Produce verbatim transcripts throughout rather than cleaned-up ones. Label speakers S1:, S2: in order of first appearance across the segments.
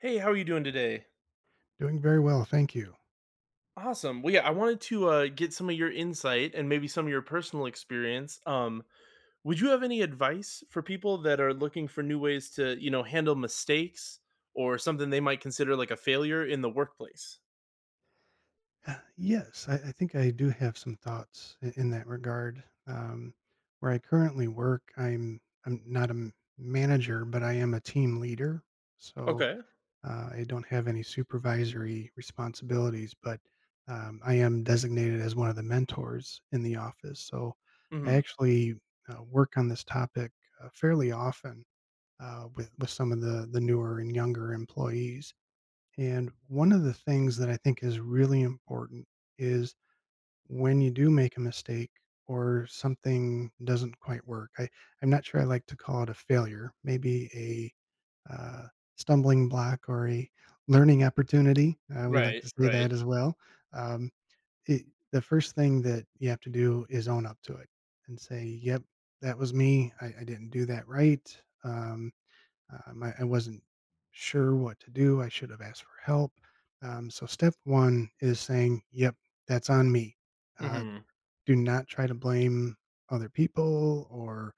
S1: Hey, how are you doing today?
S2: Doing very well, thank you.
S1: Awesome. Well, yeah, I wanted to uh, get some of your insight and maybe some of your personal experience. Um, would you have any advice for people that are looking for new ways to, you know, handle mistakes or something they might consider like a failure in the workplace?
S2: Uh, yes, I, I think I do have some thoughts in, in that regard. Um, where I currently work, I'm I'm not a m- manager, but I am a team leader, so
S1: Okay.
S2: uh, I don't have any supervisory responsibilities, but um, I am designated as one of the mentors in the office. So I
S1: hmm
S2: actually uh, work on this topic uh, fairly often uh, with with some of the the newer and younger employees. And one of the things that I think is really important is when you do make a mistake or something doesn't quite work. I, I'm not sure I like to call it a failure, maybe a uh, stumbling block or a learning opportunity. Uh, we like
S1: Right.
S2: to say
S1: Right.
S2: that as well. Um, it, the first thing that you have to do is own up to it and say, yep, that was me. I, I didn't do that right. Um, um, I, I wasn't sure what to do. I should have asked for help. Um, so, step one is saying, yep, that's on me. Uh,
S1: hmm
S2: do not try to blame other people or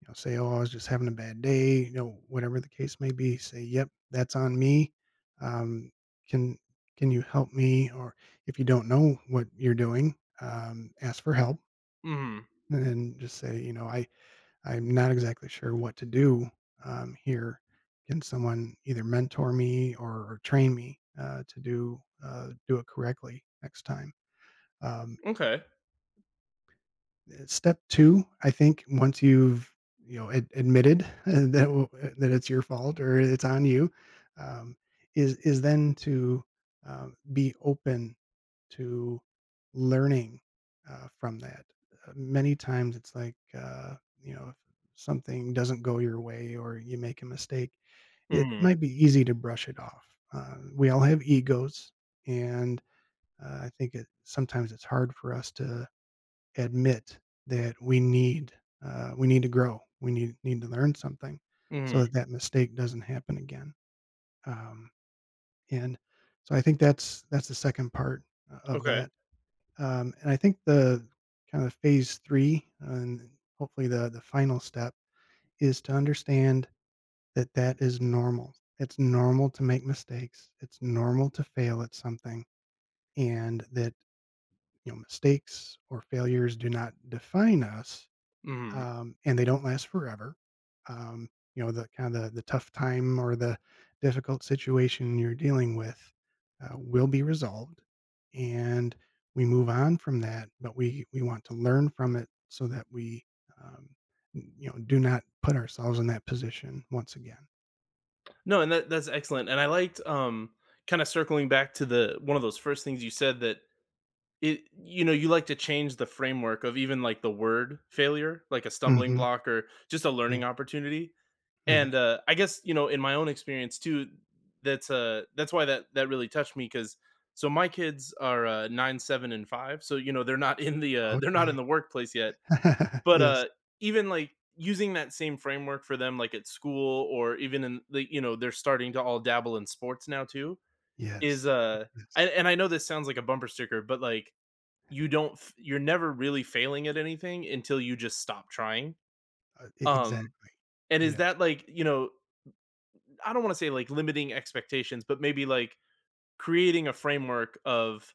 S2: you know, say, oh, I was just having a bad day, you know, whatever the case may be. Say, yep, that's on me. Um, can can you help me? Or if you don't know what you're doing, um, ask for help
S1: hmm
S2: and just say, you know, I I'm not exactly sure what to do, um, here. Can someone either mentor me or or train me, uh, to do, uh, do it correctly next time? Um,
S1: Okay.
S2: eh, Step two, I think once you've, you know, ad admitted that w eh, that it's your fault or it's on you, um, is is then to, um, be open to learning uh, from that. Uh, many times it's like, uh, you know, if something doesn't go your way or you make a mistake, it
S1: hmm
S2: might be easy to brush it off. Uh, we all have egos, and uh, I think it, sometimes it's hard for us to admit that we need uh, we need to grow, we need need to learn something, so
S1: hmm
S2: that that mistake doesn't happen again. Um, and so I think that's that's the second part uh, of
S1: Okay.
S2: that. Um, and I think the kind of phase three and hopefully the the final step is to understand that that is normal. It's normal to make mistakes. It's normal to fail at something, and that, you know, mistakes or failures do not define us,
S1: hmm
S2: um, and they don't last forever. Um, you know, the kind of the, the tough time or the difficult situation you're dealing with uh, will be resolved, and we move on from that. But we we want to learn from it so that we, um, n- you know, do not put ourselves in that position once again.
S1: No, and that that's excellent. And I liked um kind of circling back to the one of those first things you said that It you know, you like to change the framework of even, like, the word failure, like a stumbling
S2: Hmm.
S1: block or just a learning
S2: Yeah.
S1: opportunity,
S2: Hmm.
S1: and, uh, I guess, you know, in my own experience too, that's, uh that's why that that really touched me because so my kids are, uh, nine, seven, and five, so, you know, they're not in the, uh they're not
S2: Okay.
S1: in the workplace yet, but,
S2: Yes.
S1: uh, even, like, using that same framework for them, like, at school or even in the you know, they're starting to all dabble in sports now too, is,
S2: Yes.
S1: uh
S2: Yes.
S1: and and I know this sounds like a bumper sticker, but, like, you don't f- you're never really failing at anything until you just stop trying.
S2: Uh, e-
S1: um
S2: exactly.
S1: and is
S2: Yes.
S1: that like, you know, I don't want to say like limiting expectations, but maybe like creating a framework of,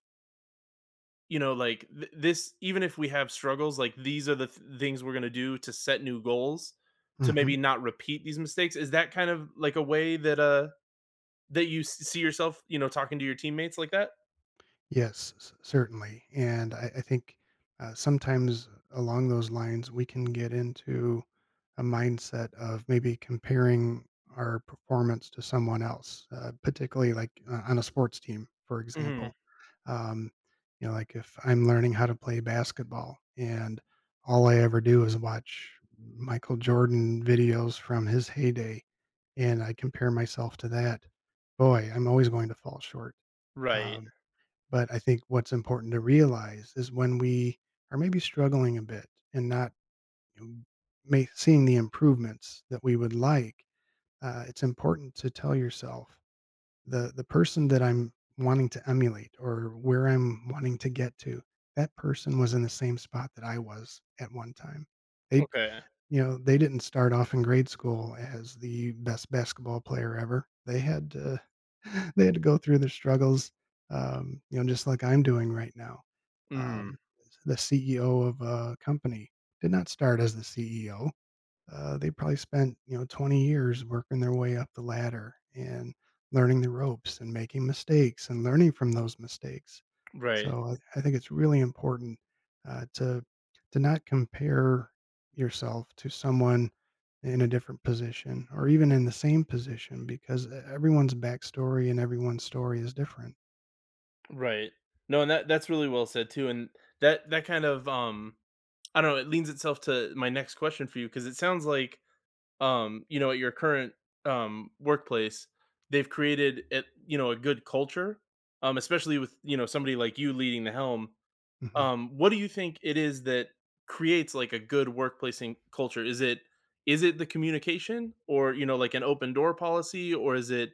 S1: you know, like th- this, even if we have struggles, like these are the th- things we're going to do to set new goals to
S2: Hmm.
S1: maybe not repeat these mistakes. Is that kind of like a way that uh that you see yourself, you know, talking to your teammates like that?
S2: Yes, c certainly, and I I think, uh, sometimes along those lines, we can get into a mindset of maybe comparing our performance to someone else, uh, particularly, like, uh, on a sports team, for
S1: Mhm.
S2: example. Um, you know, like, if I'm learning how to play basketball and all I ever do is watch Michael Jordan videos from his heyday, and I compare myself to that, boy, I'm always going to fall short.
S1: Right.
S2: Um but I think what's important to realize is when we are maybe struggling a bit and not you know, may, seeing the improvements that we would like, uh, it's important to tell yourself the the person that I'm wanting to emulate or where I'm wanting to get to, that person was in the same spot that I was at one time. They
S1: Okay.
S2: you know, they didn't start off in grade school as the best basketball player ever. They had to they had to go through their struggles, um, you know, just like I'm doing right now. Um,
S1: Mhm.
S2: the C E O of a company did not start as the C E O. Uh, they probably spent, you know, twenty years working their way up the ladder and learning the ropes and making mistakes and learning from those mistakes.
S1: Right.
S2: So I, I think it's really important, uh, to to not compare yourself to someone in a different position or even in the same position because uh, everyone's backstory and everyone's story is different.
S1: Right. No, and that that's really well said too. And that that kind of um I don't know, it leans itself to my next question for you because it sounds like, um, you know, at your current um, workplace, they've created, it, you know, a good culture, um, especially with, you know, somebody like you leading the helm.
S2: Hmm.
S1: Um, what do you think it is that creates like a good workplace in- culture? Is it, is it the communication, or, you know, like an open door policy, or is it,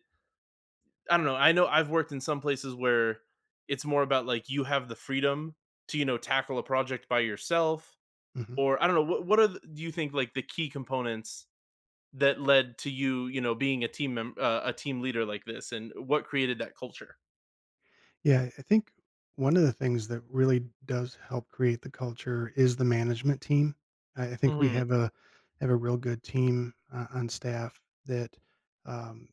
S1: I don't know. I know I've worked in some places where it's more about, like, you have the freedom to, you know, tackle a project by yourself,
S2: Hmm.
S1: or I don't know. What what are the, do you think like the key components that led to you, you know, being a team mem- uh, a team leader like this, and what created that culture?
S2: Yeah, I think one of the things that really does help create the culture is the management team. I I think we
S1: Mhm,
S2: have a have a real good team uh, on staff that um,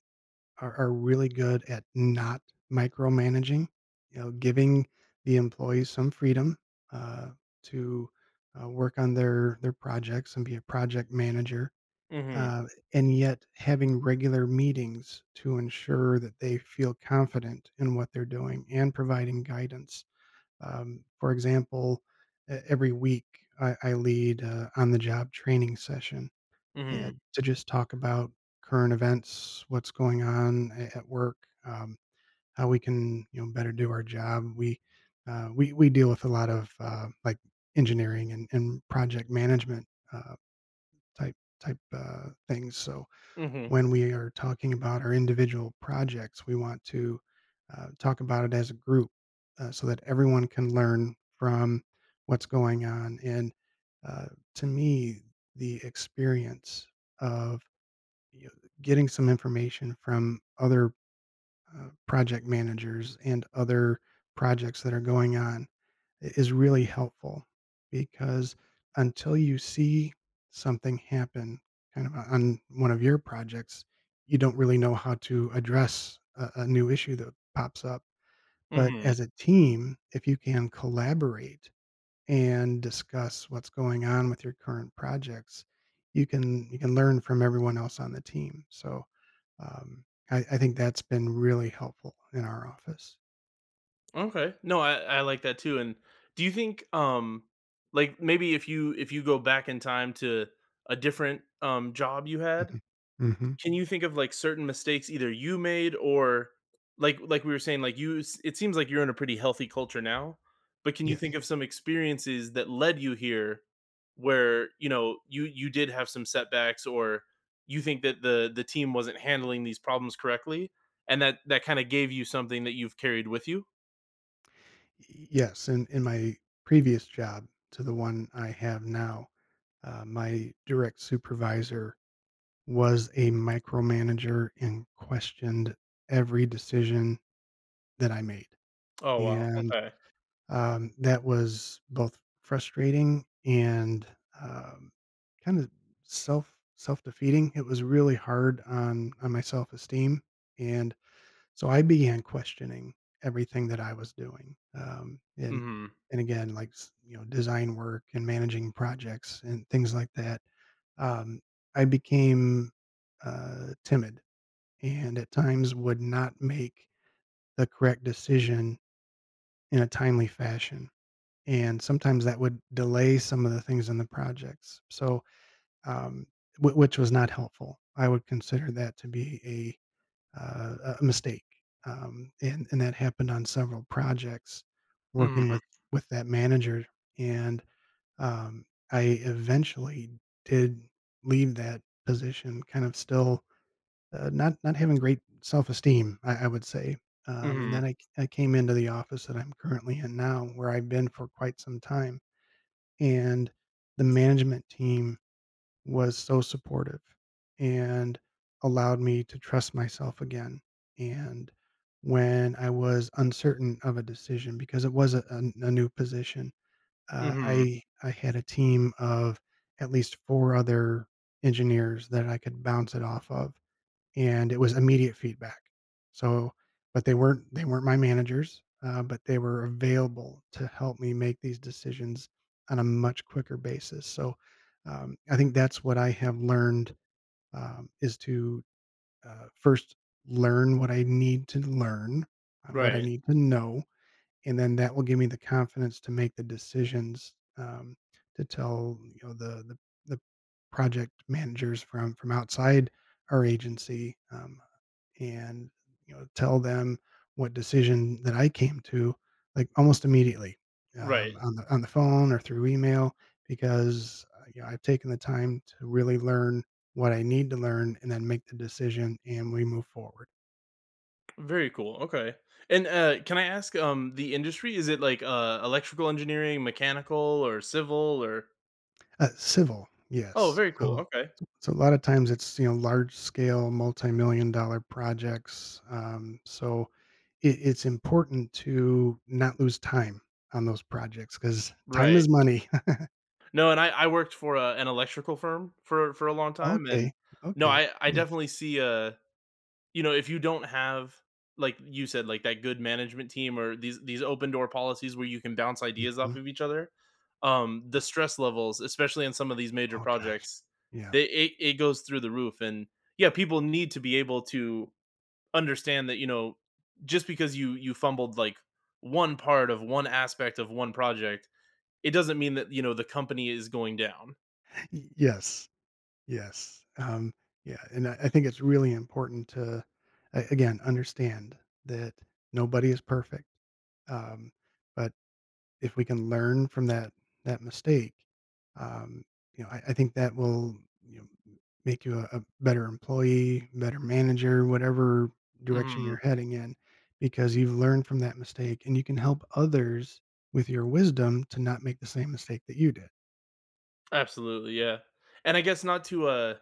S2: are, are really good at not micromanaging. You know, giving the employees some freedom, uh, to uh, work on their their projects and be a project manager,
S1: mhm,
S2: uh, and yet having regular meetings to ensure that they feel confident in what they're doing and providing guidance. Um, for example, e- every week I, I lead uh, on the job training session
S1: mhm,
S2: and to just talk about current events, what's going on a- at work, um, how we can you know better do our job. We uh, we we deal with a lot of, uh, like, engineering and, and project management, uh, type type uh, things, so
S1: mhm,
S2: when we are talking about our individual projects, we want to uh, talk about it as a group, uh, so that everyone can learn from what's going on. And uh, to me, the experience of, you know, getting some information from other uh, project managers and other projects that are going on is really helpful because until you see something happen kind of on one of your projects, you don't really know how to address a, a new issue that pops up. But
S1: mhm.
S2: as a team, if you can collaborate and discuss what's going on with your current projects, you can you can learn from everyone else on the team. So um, I, I think that's been really helpful in our office.
S1: Okay. No, I I like that too. And do you think, um, like maybe if you, if you go back in time to a different um job you had,
S2: Hmm. Hmm.
S1: can you think of, like, certain mistakes either you made or, like like we were saying, like, you s it seems like you're in a pretty healthy culture now, but can you think
S2: Yes.
S1: of some experiences that led you here where, you know, you you did have some setbacks or you think that the the team wasn't handling these problems correctly, and that that kinda gave you something that you've carried with you?
S2: Yes, in in my previous job to the one I have now, uh, my direct supervisor was a micromanager and questioned every decision that I made,
S1: Oh, wow,
S2: and,
S1: okay.
S2: um, that was both frustrating and, um, kinda self self-defeating. It was really hard on on my self-esteem, and so I began questioning everything that I was doing, um, and
S1: Mhm.
S2: and again, like, s you know, design work and managing projects and things like that. Um, I became, uh, timid and at times would not make the correct decision in a timely fashion, and sometimes that would delay some of the things in the projects. So, um, whi which was not helpful. I would consider that to be a uh, a mistake, um, and and that happened on several projects
S1: Mhm.
S2: working with with that manager, and, um, I eventually did leave that position kind of still, uh, not not having great self-esteem, I I would say, um, and then
S1: Mhm.
S2: I I came into the office that I'm currently in now, where I've been for quite some time, and the management team was so supportive and allowed me to trust myself again. And when I was uncertain of a decision, because it was a, a, a new position, uh,
S1: Mhm.
S2: I I had a team of at least four other engineers that I could bounce it off of, and it was immediate feedback. So, but they weren't they weren't my managers, uh, but they were available to help me make these decisions on a much quicker basis. So, um, I think that's what I have learned, um, is to uh, first learn what I need to learn, uh, what I
S1: Right.
S2: need to know, and then that will give me the confidence to make the decisions, um, to tell you know the the the project managers from from outside our agency, um, and, you know, tell them what decision that I came to, like, almost immediately, um,
S1: Right.
S2: on the on the phone or through email because, uh, you know, I've taken the time to really learn what I need to learn and then make the decision, and we move forward.
S1: Very cool. Okay. And uh, can I ask, um, the industry, is it like uh electrical engineering, mechanical or civil, or
S2: Uh, civil,
S1: Oh,
S2: yes.
S1: very cool.
S2: So
S1: Okay.
S2: so a lot of times it's, you know, large scale multi-million dollar projects, um, so it it's important to not lose time on those projects because time
S1: Right.
S2: is money.
S1: No, and I I worked for uh, an electrical firm for for a long time, and
S2: Okay,
S1: no,
S2: okay.
S1: I I
S2: Yes.
S1: definitely see uh you know, if you don't have, like you said, like that good management team or these these open door policies where you can bounce ideas off
S2: Mhm.
S1: of each other, um, the
S2: Yeah.
S1: stress levels, especially in some of these major
S2: Oh gosh,
S1: projects,
S2: yeah.
S1: they, it, it goes through the roof. And yeah, people need to be able to understand that, you know, just because you you fumbled like one part of one aspect of one project, it doesn't mean that, you know, the company is going down.
S2: Y Yes, yes. Um, yeah, and I I think it's really important to, a again, understand that nobody is perfect, um, but if we can learn from that that mistake, um, you know, I, I think that will you know make you a, a better employee, better manager, whatever direction you're
S1: Mhm.
S2: heading in, because you've learned from that mistake, and you can help others with your wisdom to not make the same mistake that you did.
S1: Absolutely, yeah. And I guess not to uh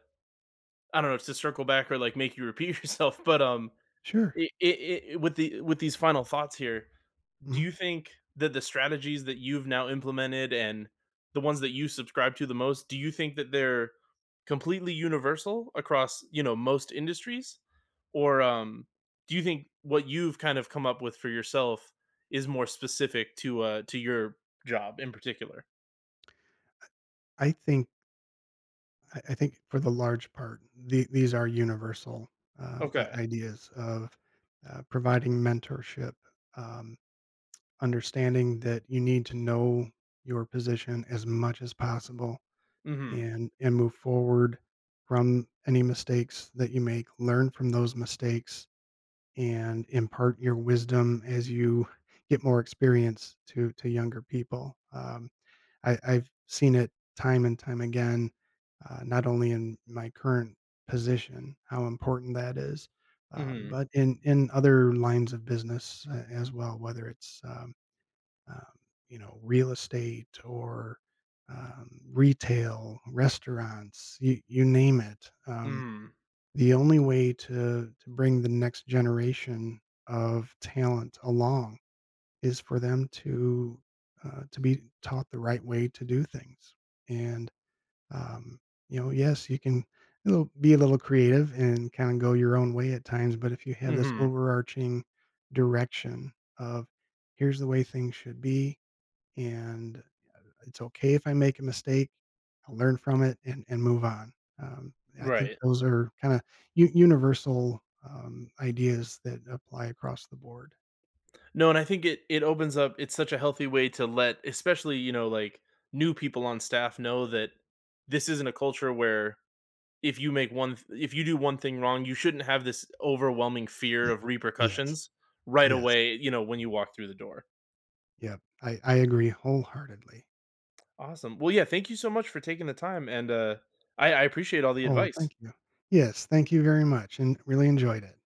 S1: I don't know, to circle back or like make you repeat yourself, but um,
S2: Sure.
S1: it, it, it, with the with these final thoughts here, do
S2: Hmm.
S1: you think that the strategies that you've now implemented and the ones that you subscribe to the most, do you think that they're completely universal across, you know, most industries, or um, do you think what you've kind of come up with for yourself is more specific to uh to your job in particular?
S2: I think I I think for the large part, the, these are universal, um, i-
S1: Okay.
S2: ideas of uh, providing mentorship. Um, Understanding that you need to know your position as much as possible,
S1: Mm-hmm.
S2: and and move forward from any mistakes that you make, learn from those mistakes and impart your wisdom as you get more experience to to younger people. um, I, i've seen it time and time again, uh, not only in my current position, how important that is, um,
S1: Mm-hmm.
S2: but in in other lines of business uh, as well, whether it's um, um, you know, real estate or um, retail, restaurants, you, you name it. Um,
S1: Mm-hmm.
S2: the only way to, to bring the next generation of talent along is for them to uh, to be taught the right way to do things. And um, you know, yes, you can it'll be a little creative and kind of go your own way at times, but if you have this
S1: Mm-hmm.
S2: overarching direction of here's the way things should be, and it's okay if I make a mistake. I'll learn from it and and move on. Um, I think
S1: Right.
S2: those are kinda u universal, um, ideas that apply across the board.
S1: No, and I think it, it opens up, it's such a healthy way to let, especially, you know, like, new people on staff know that this isn't a culture where if you make one th- if you do one thing wrong, you shouldn't have this overwhelming fear
S2: Y
S1: of
S2: Yes,
S1: repercussions right
S2: yes,
S1: away, you know, when you walk through the door.
S2: yep, I I agree wholeheartedly.
S1: Awesome. Well, yeah, thank you so much for taking the time, and uh I, I appreciate all the
S2: Oh,
S1: advice.
S2: thank you. Yes, thank you very much, and really enjoyed it.